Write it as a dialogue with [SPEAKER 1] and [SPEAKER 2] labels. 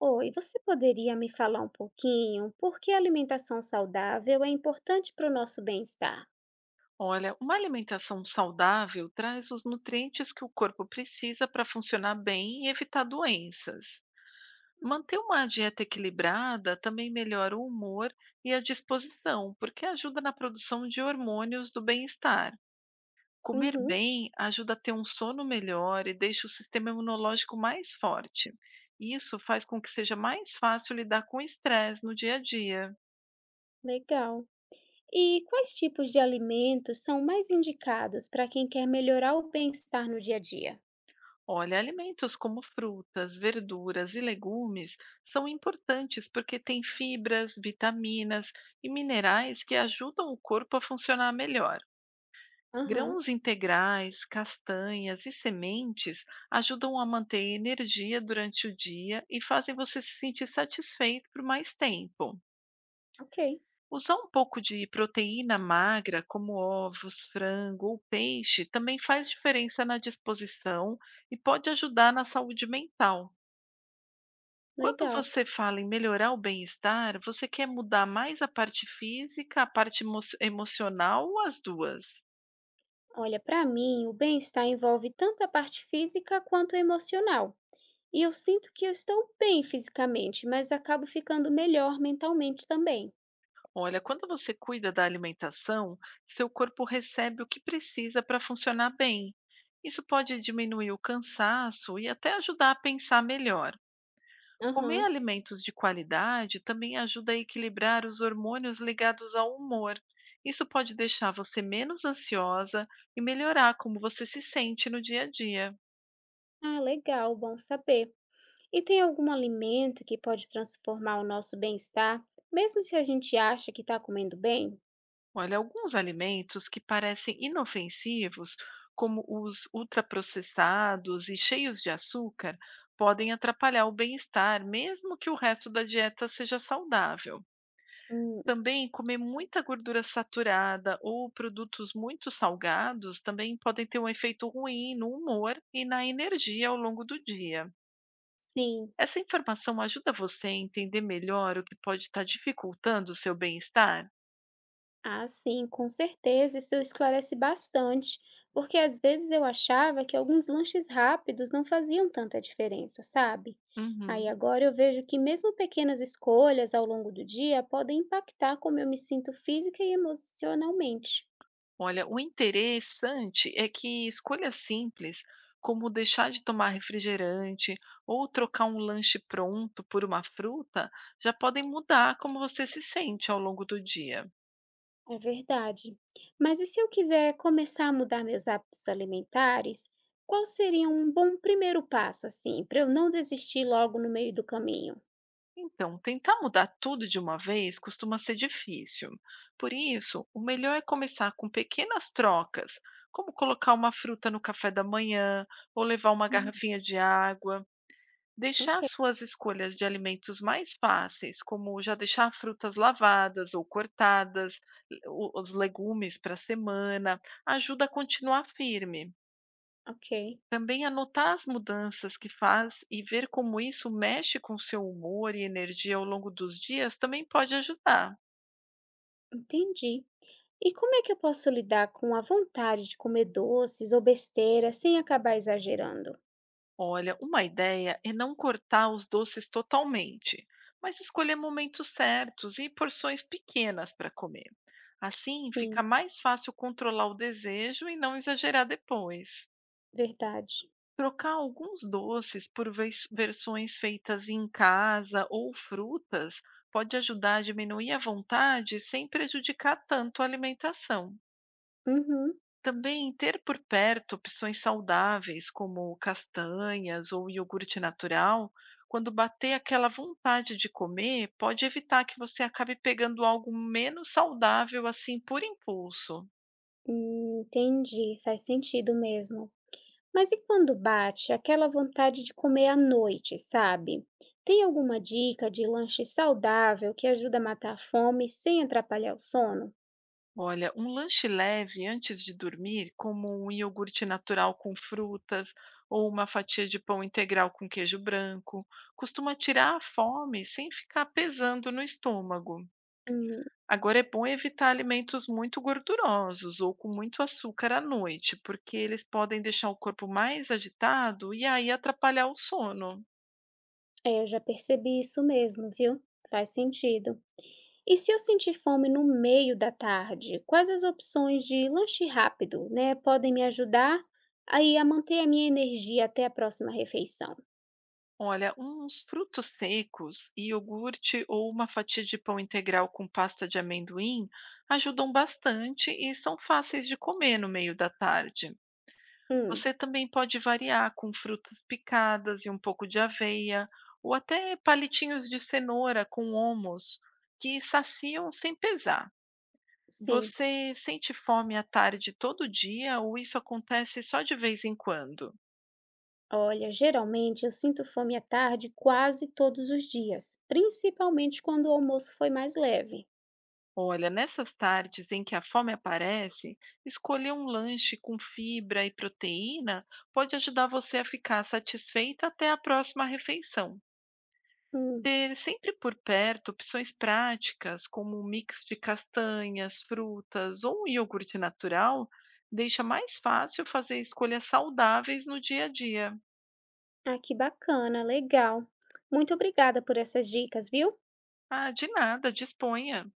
[SPEAKER 1] Oi, você poderia me falar um pouquinho por que a alimentação saudável é importante para o nosso bem-estar?
[SPEAKER 2] Olha, uma alimentação saudável traz os nutrientes que o corpo precisa para funcionar bem e evitar doenças.
[SPEAKER 1] Hum.
[SPEAKER 2] Manter uma dieta equilibrada também melhora o humor e a disposição, porque ajuda na produção de hormônios do bem-estar. Comer
[SPEAKER 1] Uhum,
[SPEAKER 2] bem ajuda a ter um sono melhor e deixa o sistema imunológico mais forte. Isso faz com que seja mais fácil lidar com o estresse no dia a dia.
[SPEAKER 1] legal. E quais tipos de alimentos são mais indicados para quem quer melhorar o bem-estar no dia a dia?
[SPEAKER 2] Olha, alimentos como frutas, verduras e legumes são importantes porque têm fibras, vitaminas e minerais que ajudam o corpo a funcionar melhor.
[SPEAKER 1] Aham.
[SPEAKER 2] Grãos integrais, castanhas e sementes ajudam a manter a energia durante o dia e fazem você se sentir satisfeito por mais tempo.
[SPEAKER 1] Ok,
[SPEAKER 2] Usar um pouco de proteína magra, como ovos, frango ou peixe, também faz diferença na disposição e pode ajudar na saúde mental. Quando
[SPEAKER 1] legal.
[SPEAKER 2] você fala em melhorar o bem-estar, você quer mudar mais a parte física, a emocional ou as duas?
[SPEAKER 1] Olha, para mim, o bem-estar envolve tanto a parte física quanto a emocional. E eu sinto que eu estou bem fisicamente, mas acabo ficando melhor mentalmente também.
[SPEAKER 2] Olha, quando você cuida da alimentação, seu corpo recebe o que precisa para funcionar bem. Isso pode diminuir o cansaço e até ajudar a pensar melhor. Comer
[SPEAKER 1] Aham.
[SPEAKER 2] alimentos de qualidade também ajuda a equilibrar os hormônios ligados ao humor. Isso pode deixar você menos ansiosa e melhorar como você se sente no dia a dia.
[SPEAKER 1] Ah, legal, bom saber. E tem algum alimento que pode transformar o nosso bem-estar, mesmo se a gente acha que está comendo bem?
[SPEAKER 2] Olha, alguns alimentos que parecem inofensivos, como os ultraprocessados e cheios de açúcar, podem atrapalhar o bem-estar, mesmo que o resto da dieta seja saudável.
[SPEAKER 1] Hum,
[SPEAKER 2] Também comer muita gordura saturada ou produtos muito salgados também podem ter um efeito ruim no humor e na energia ao longo do dia.
[SPEAKER 1] sim.
[SPEAKER 2] Essa informação ajuda você a entender melhor o que pode estar dificultando o seu bem-estar?
[SPEAKER 1] Ah, sim, com certeza, isso esclarece bastante, porque às vezes eu achava que alguns lanches rápidos não faziam tanta diferença, sabe? Aí
[SPEAKER 2] Uhum.
[SPEAKER 1] agora eu vejo que mesmo pequenas escolhas ao longo do dia podem impactar como eu me sinto física e emocionalmente.
[SPEAKER 2] Olha, o interessante é que escolhas simples, como deixar de tomar refrigerante ou trocar um lanche pronto por uma fruta, já podem mudar como você se sente ao longo do dia.
[SPEAKER 1] É verdade. Mas e se eu quiser começar a mudar meus hábitos alimentares, qual seria um bom primeiro passo, assim, para eu não desistir logo no meio do caminho?
[SPEAKER 2] Então, tentar mudar tudo de uma vez costuma ser difícil. Por isso, o melhor é começar com pequenas trocas, como colocar uma fruta no café da manhã ou levar uma
[SPEAKER 1] Hum,
[SPEAKER 2] garrafinha de água.
[SPEAKER 1] ok,
[SPEAKER 2] Deixar suas escolhas de alimentos mais fáceis, como já deixar frutas lavadas ou cortadas, os legumes para a semana, ajuda a continuar firme.
[SPEAKER 1] ok,
[SPEAKER 2] Também anotar as mudanças que faz e ver como isso mexe com seu humor e energia ao longo dos dias também pode ajudar.
[SPEAKER 1] entendi. E como é que eu posso lidar com a vontade de comer doces ou besteira sem acabar exagerando?
[SPEAKER 2] Olha, uma ideia é não cortar os doces totalmente, mas escolher momentos certos e porções pequenas para comer. Assim, fica
[SPEAKER 1] Sim,
[SPEAKER 2] mais fácil controlar o desejo e não exagerar depois.
[SPEAKER 1] verdade.
[SPEAKER 2] Trocar alguns doces por versões feitas em casa ou frutas pode ajudar a diminuir a vontade sem prejudicar tanto a alimentação.
[SPEAKER 1] Uhum.
[SPEAKER 2] Também ter por perto opções saudáveis, como castanhas ou iogurte natural, quando bater aquela vontade de comer, pode evitar que você acabe pegando algo menos saudável assim por impulso.
[SPEAKER 1] Entendi, faz sentido mesmo. Mas e quando bate aquela vontade de comer à noite, sabe? Tem alguma dica de lanche saudável que ajuda a matar a fome sem atrapalhar o sono?
[SPEAKER 2] Olha, um lanche leve antes de dormir, como um iogurte natural com frutas ou uma fatia de pão integral com queijo branco, costuma tirar a fome sem ficar pesando no estômago.
[SPEAKER 1] Hum,
[SPEAKER 2] Agora é bom evitar alimentos muito gordurosos ou com muito açúcar à noite, porque eles podem deixar o corpo mais agitado e aí atrapalhar o sono.
[SPEAKER 1] é, eu já percebi isso mesmo, viu? Faz sentido. E se eu sentir fome no meio da tarde, quais as opções de lanche rápido, né, podem me ajudar aí a manter a minha energia até a próxima refeição?
[SPEAKER 2] Olha, uns frutos secos, iogurte ou uma fatia de pão integral com pasta de amendoim ajudam bastante e são fáceis de comer no meio da tarde.
[SPEAKER 1] Hum,
[SPEAKER 2] Você também pode variar com frutas picadas e um pouco de aveia, ou até palitinhos de cenoura com homus, que saciam sem pesar.
[SPEAKER 1] sim.
[SPEAKER 2] Você sente fome à tarde todo dia ou isso acontece só de vez em quando?
[SPEAKER 1] Olha, geralmente eu sinto fome à tarde quase todos os dias, principalmente quando o almoço foi mais leve.
[SPEAKER 2] Olha, nessas tardes em que a fome aparece, escolher um lanche com fibra e proteína pode ajudar você a ficar satisfeita até a próxima refeição.
[SPEAKER 1] Hum,
[SPEAKER 2] Ter sempre por perto opções práticas, como um mix de castanhas, frutas ou um iogurte natural, deixa mais fácil fazer escolhas saudáveis no dia a dia.
[SPEAKER 1] ah, que bacana, legal. Muito obrigada por essas dicas, viu?
[SPEAKER 2] Ah, de nada, disponha!